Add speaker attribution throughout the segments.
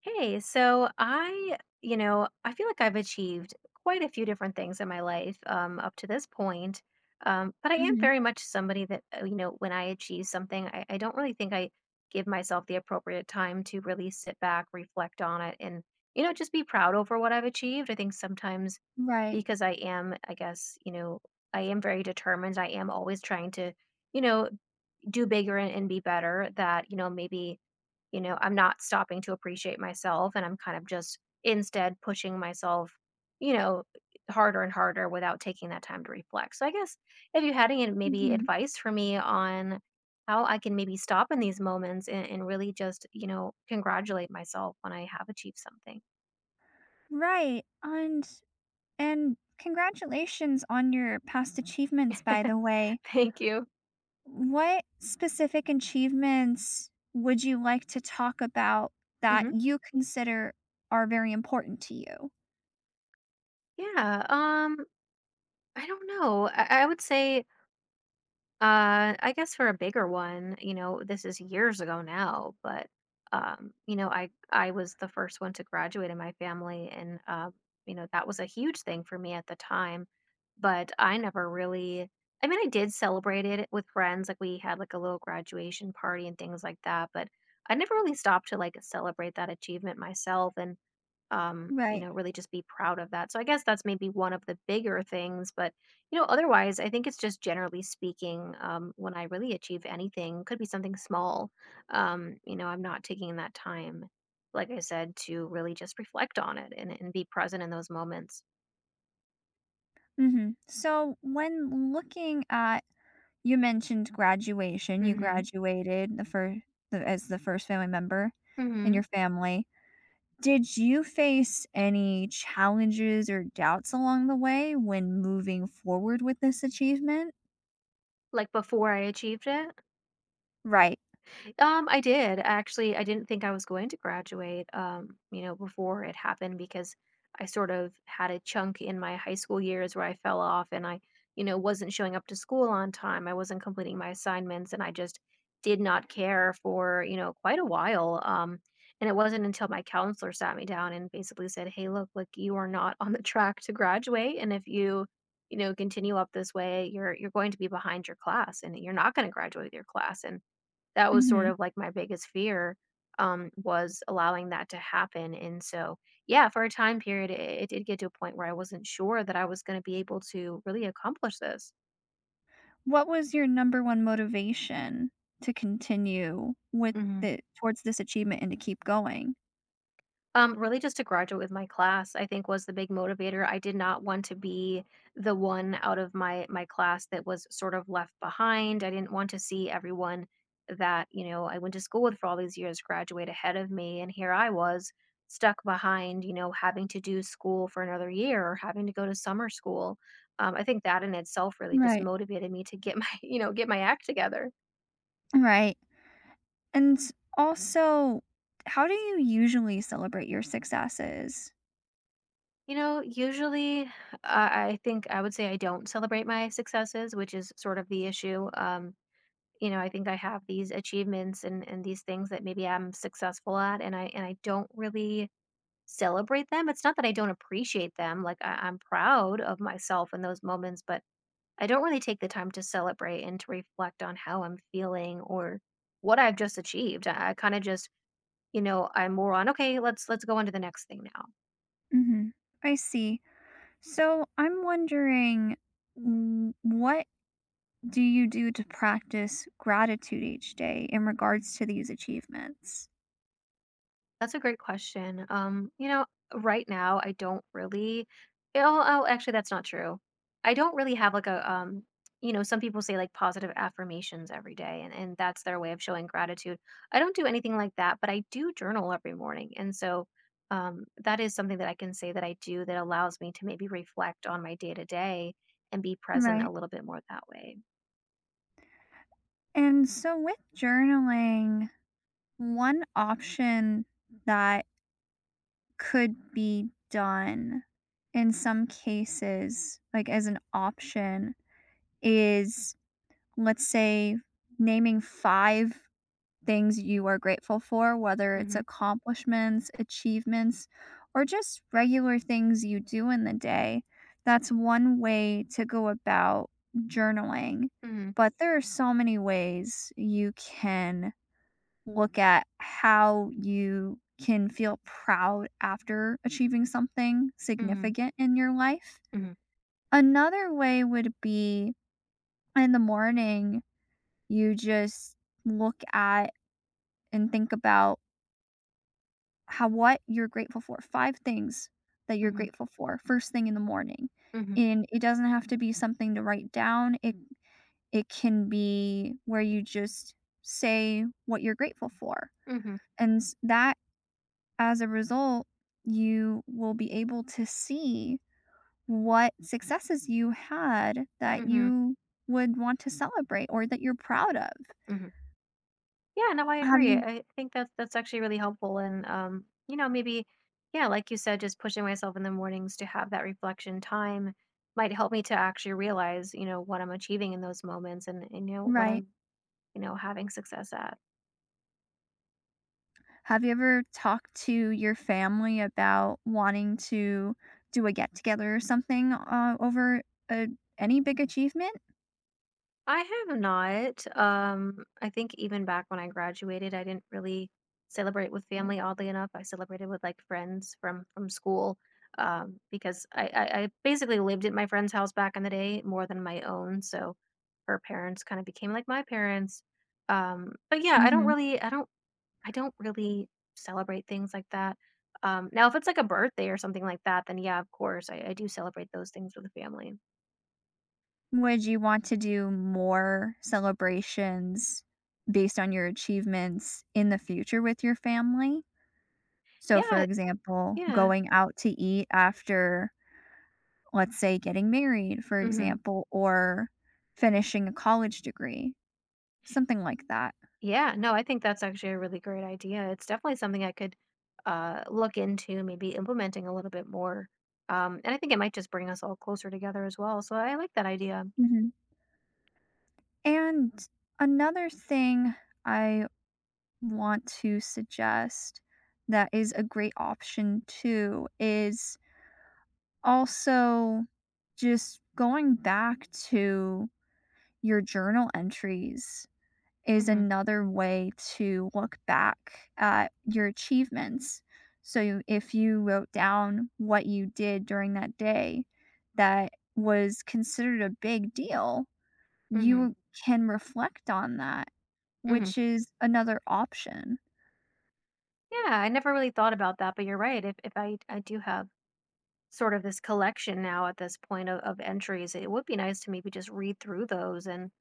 Speaker 1: Hey, so I, you know, I feel like I've achieved quite a few different things in my life up to this point. But I am
Speaker 2: Mhm.
Speaker 1: very much somebody that, you know, when I achieve something, I don't really think I give myself the appropriate time to really sit back, reflect on it, and, you know, just be proud over what I've achieved. I think sometimes
Speaker 2: Right.
Speaker 1: because I am, I guess, you know, I am very determined. I am always trying to, you know, do bigger and be better, that, you know, maybe I'm not stopping to appreciate myself and I'm kind of just instead pushing myself, you know, harder and harder without taking that time to reflect. So I guess if you had any maybe
Speaker 2: Mhm.
Speaker 1: advice for me on how I can maybe stop in these moments and really just, you know, congratulate myself when I have achieved something.
Speaker 2: Right, and congratulations on your past achievements, by the way.
Speaker 1: Thank you.
Speaker 2: What specific achievements would you like to talk about that
Speaker 1: Hmm.
Speaker 2: you consider are very important to you?
Speaker 1: Yeah. I don't know. I would say I guess for a bigger one, you know, this is years ago now, but you know, I was the first one to graduate in my family, and you know, that was a huge thing for me at the time. But I never really, I mean, I did celebrate it with friends, like we had like a little graduation party and things like that, but I never really stopped to like celebrate that achievement myself. And you
Speaker 2: Right.
Speaker 1: know, really just be proud of that. So I guess that's maybe one of the bigger things. But, you know, otherwise, I think it's just generally speaking, when I really achieve anything, could be something small. You know, I'm not taking that time, like I said, to really just reflect on it and be present in those moments.
Speaker 2: Mhm. So, when looking at you mentioned graduation, you
Speaker 1: Mm-hmm.
Speaker 2: graduated the first the as the first family member in
Speaker 1: Mm-hmm.
Speaker 2: your family. Did you face any challenges or doubts along the way when moving forward with this achievement?
Speaker 1: Like before I achieved it.
Speaker 2: Right.
Speaker 1: I did actually. I didn't think I was going to graduate, you know, before it happened because I sort of had a chunk in my high school years where I fell off and I, you know, wasn't showing up to school on time. I wasn't completing my assignments and I just did not care for, you know, quite a while. And it wasn't until my counselor sat me down and basically said, "Hey, look, like you are not on the track to graduate and if you you know continue up this way you're going to be behind your class and you're not going to graduate your class and that was sort
Speaker 2: Mhm.
Speaker 1: of like my biggest fear, was allowing that to happen, and so, yeah, for a time period, it did get to a point where I wasn't sure that I was gonna be able to really accomplish this.
Speaker 2: What was your number 1 motivation to continue with
Speaker 1: Mhm.
Speaker 2: the towards this achievement and to keep going?
Speaker 1: Really just to graduate with my class, I think was the big motivator. I did not want to be the one out of my class that was sort of left behind. I didn't want to see everyone that, you know, I went to school with for all these years graduate ahead of me and here I was stuck behind, you know, having to do school for another year or having to go to summer school. I think that in itself really just
Speaker 2: Right.
Speaker 1: motivated me to get my, you know, get my act together.
Speaker 2: Right. And also, how do you usually celebrate your successes?
Speaker 1: You know, usually I think I would say I don't celebrate my successes, which is sort of the issue. You know, I think I have these achievements and these things that maybe I'm successful at and I don't really celebrate them. It's not that I don't appreciate them. Like I'm proud of myself in those moments, but I don't really take the time to celebrate and to reflect on how I'm feeling or what I've just achieved. I kind of just, you know, I'm more on, okay, let's go on to the next thing now.
Speaker 2: Mhm. I see. So I'm wondering w what do you do to practice gratitude each day in
Speaker 1: Mhm.
Speaker 2: regards to these achievements?
Speaker 1: That's a great question. You know, right now I don't really oh, actually that's not true. I don't really have like a you know, some people say like positive affirmations every day and that's their way of showing gratitude. I don't do anything like that, but I do journal every morning. And so that is something that I can say that I do that allows me to maybe reflect on my day to day and be present a
Speaker 2: Right.
Speaker 1: little bit more that way.
Speaker 2: And so with journaling, one option that could be done in some cases, like as an option, is let's say naming five things you are grateful for, whether it's
Speaker 1: Mhm.
Speaker 2: accomplishments, achievements, or just regular things you do in the day. That's one way to go about journaling.
Speaker 1: Mhm.
Speaker 2: But there are so many ways you can look at how you can feel proud after achieving something
Speaker 1: Mhm.
Speaker 2: significant in your life.
Speaker 1: Mhm.
Speaker 2: Another way would be in the morning, you just look at and think about how what you're grateful for, five things that you're
Speaker 1: Mhm.
Speaker 2: grateful for first thing in the morning.
Speaker 1: Mhm.
Speaker 2: And it doesn't have to be something to write down. It can be where you just say what you're grateful for.
Speaker 1: Mhm.
Speaker 2: And s- that as a result, you will be able to see what successes you had that
Speaker 1: Mhm.
Speaker 2: you would want to celebrate or that you're proud of.
Speaker 1: Mhm. Yeah, no, I
Speaker 2: Have
Speaker 1: agree.
Speaker 2: you
Speaker 1: I think that's actually really helpful and you know, maybe yeah, like you said, just pushing myself in the mornings to have that reflection time might help me to actually realize, you know, what I'm achieving in those moments and you know what
Speaker 2: Right.
Speaker 1: I'm, you know, having success at.
Speaker 2: Have you ever talked to your family about wanting to do a get together or something, over, a any big achievement?
Speaker 1: I have not. I think even back when I graduated, I didn't really celebrate with family, oddly enough. I celebrated with like friends from school, because I basically lived at my friend's house back in the day more than my own. So her parents kind of became like my parents. But yeah,
Speaker 2: Mhm.
Speaker 1: I don't really celebrate things like that. Now, if it's like a birthday or something like that, then yeah, of course, I do celebrate those things with the family.
Speaker 2: Would you want to do more celebrations based on your achievements in the future with your family? So, for
Speaker 1: Yeah,
Speaker 2: example,
Speaker 1: yeah.
Speaker 2: going out to eat after, let's say, getting married, for
Speaker 1: Hmm.
Speaker 2: example, or finishing a college degree, something like that.
Speaker 1: Yeah, no, I think that's actually a really great idea. It's definitely something I could look into, maybe implementing a little bit more. And I think it might just bring us all closer together as well. So I like that idea.
Speaker 2: Mhm. And another thing I want to suggest that is a great option too is also just going back to your journal entries is
Speaker 1: Hmm.
Speaker 2: another way to look back at your achievements. So if you wrote down what you did during that day that was considered a big deal,
Speaker 1: Hmm.
Speaker 2: you can reflect on that,
Speaker 1: Hmm.
Speaker 2: which is another option.
Speaker 1: Yeah, I never really thought about that, but you're right. If I do have sort of this collection now at this point of entries. It would be nice to maybe just read through those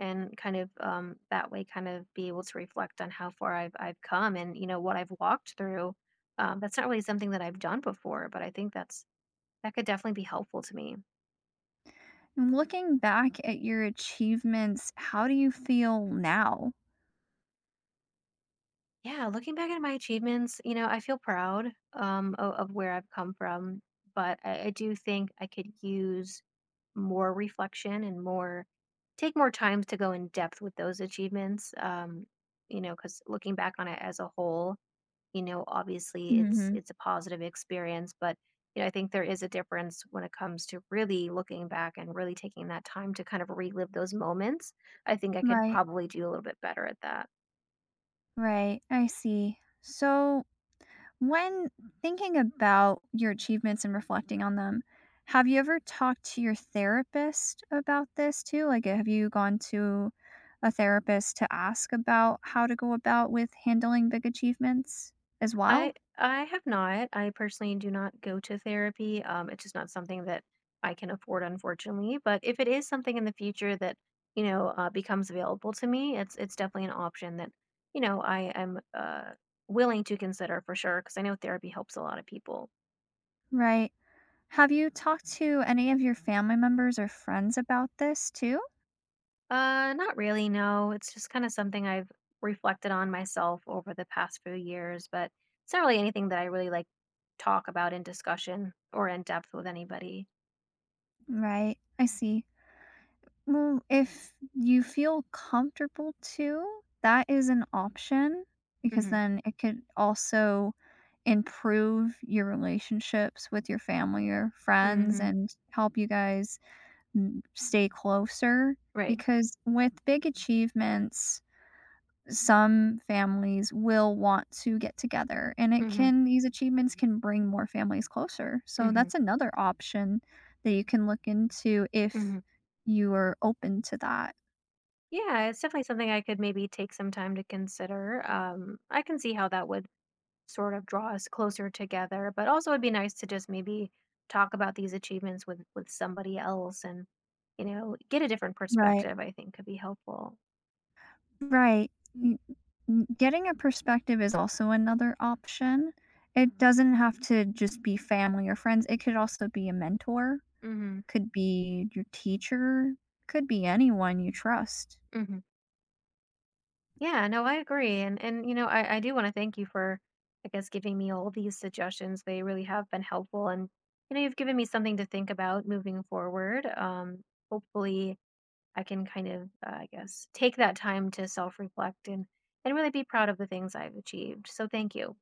Speaker 1: and kind of that way kind of be able to reflect on how far I've come and you know what I've walked through. That's not really something that I've done before, but I think that's that could definitely be helpful to me.
Speaker 2: And looking back at your achievements, how do you feel now?
Speaker 1: Yeah, looking back at my achievements, you know, I feel proud of where I've come from, but I do think I could use more reflection and more take more time to go in depth with those achievements. You know, because looking back on it as a whole, you know, obviously it's
Speaker 2: Hmm.
Speaker 1: it's a positive experience, but you know, I think there is a difference when it comes to really looking back and really taking that time to kind of relive those moments. I think I could
Speaker 2: Right,
Speaker 1: probably do a little bit better at that.
Speaker 2: right. I see. So, when thinking about your achievements and reflecting on them, have you ever talked to your therapist about this too? Like, have you gone to a therapist to ask about how to go about with handling big achievements as
Speaker 1: I
Speaker 2: well?
Speaker 1: I have not. I personally do not go to therapy. It's just not something that I can afford, unfortunately. But if it is something in the future that, you know, becomes available to me, it's definitely an option that, you know, I am willing to consider for sure because I know therapy helps a lot of people.
Speaker 2: Right. Have you talked to any of your family members or friends about this too?
Speaker 1: Not really, no. It's just kind of something I've reflected on myself over the past few years, but it's not really anything that I really like talk about in discussion or in depth with anybody.
Speaker 2: Right. I see. Well, if you feel comfortable to, that is an option because
Speaker 1: Mm-hmm.
Speaker 2: then it could also improve your relationships with your family or friends
Speaker 1: Mm-hmm.
Speaker 2: and help you guys, stay closer.
Speaker 1: Right.
Speaker 2: Because with big achievements, some families will want to get together and it
Speaker 1: Mhm.
Speaker 2: can these achievements can bring more families closer. So
Speaker 1: Mhm.
Speaker 2: that's another option that you can look into if
Speaker 1: Mhm.
Speaker 2: you are open to that.
Speaker 1: Yeah, it's definitely something I could maybe take some time to consider. I can see how that would sort of draw us closer together, but also it'd be nice to just maybe talk about these achievements with somebody else and, you know, get a different
Speaker 2: Right.
Speaker 1: perspective, I think could be helpful.
Speaker 2: Right. N- Getting a perspective is also another option. It doesn't have to just be family or friends. It could also be a mentor,
Speaker 1: Mhm.
Speaker 2: could be your teacher, could be anyone you trust.
Speaker 1: Mhm. Yeah, no, I agree. And you know, I do want to thank you for I guess giving me all these suggestions. They really have been helpful and you know, you've given me something to think about moving forward. Hopefully I can kind of, I guess, take that time to self reflect and really be proud of the things I've achieved. So thank you.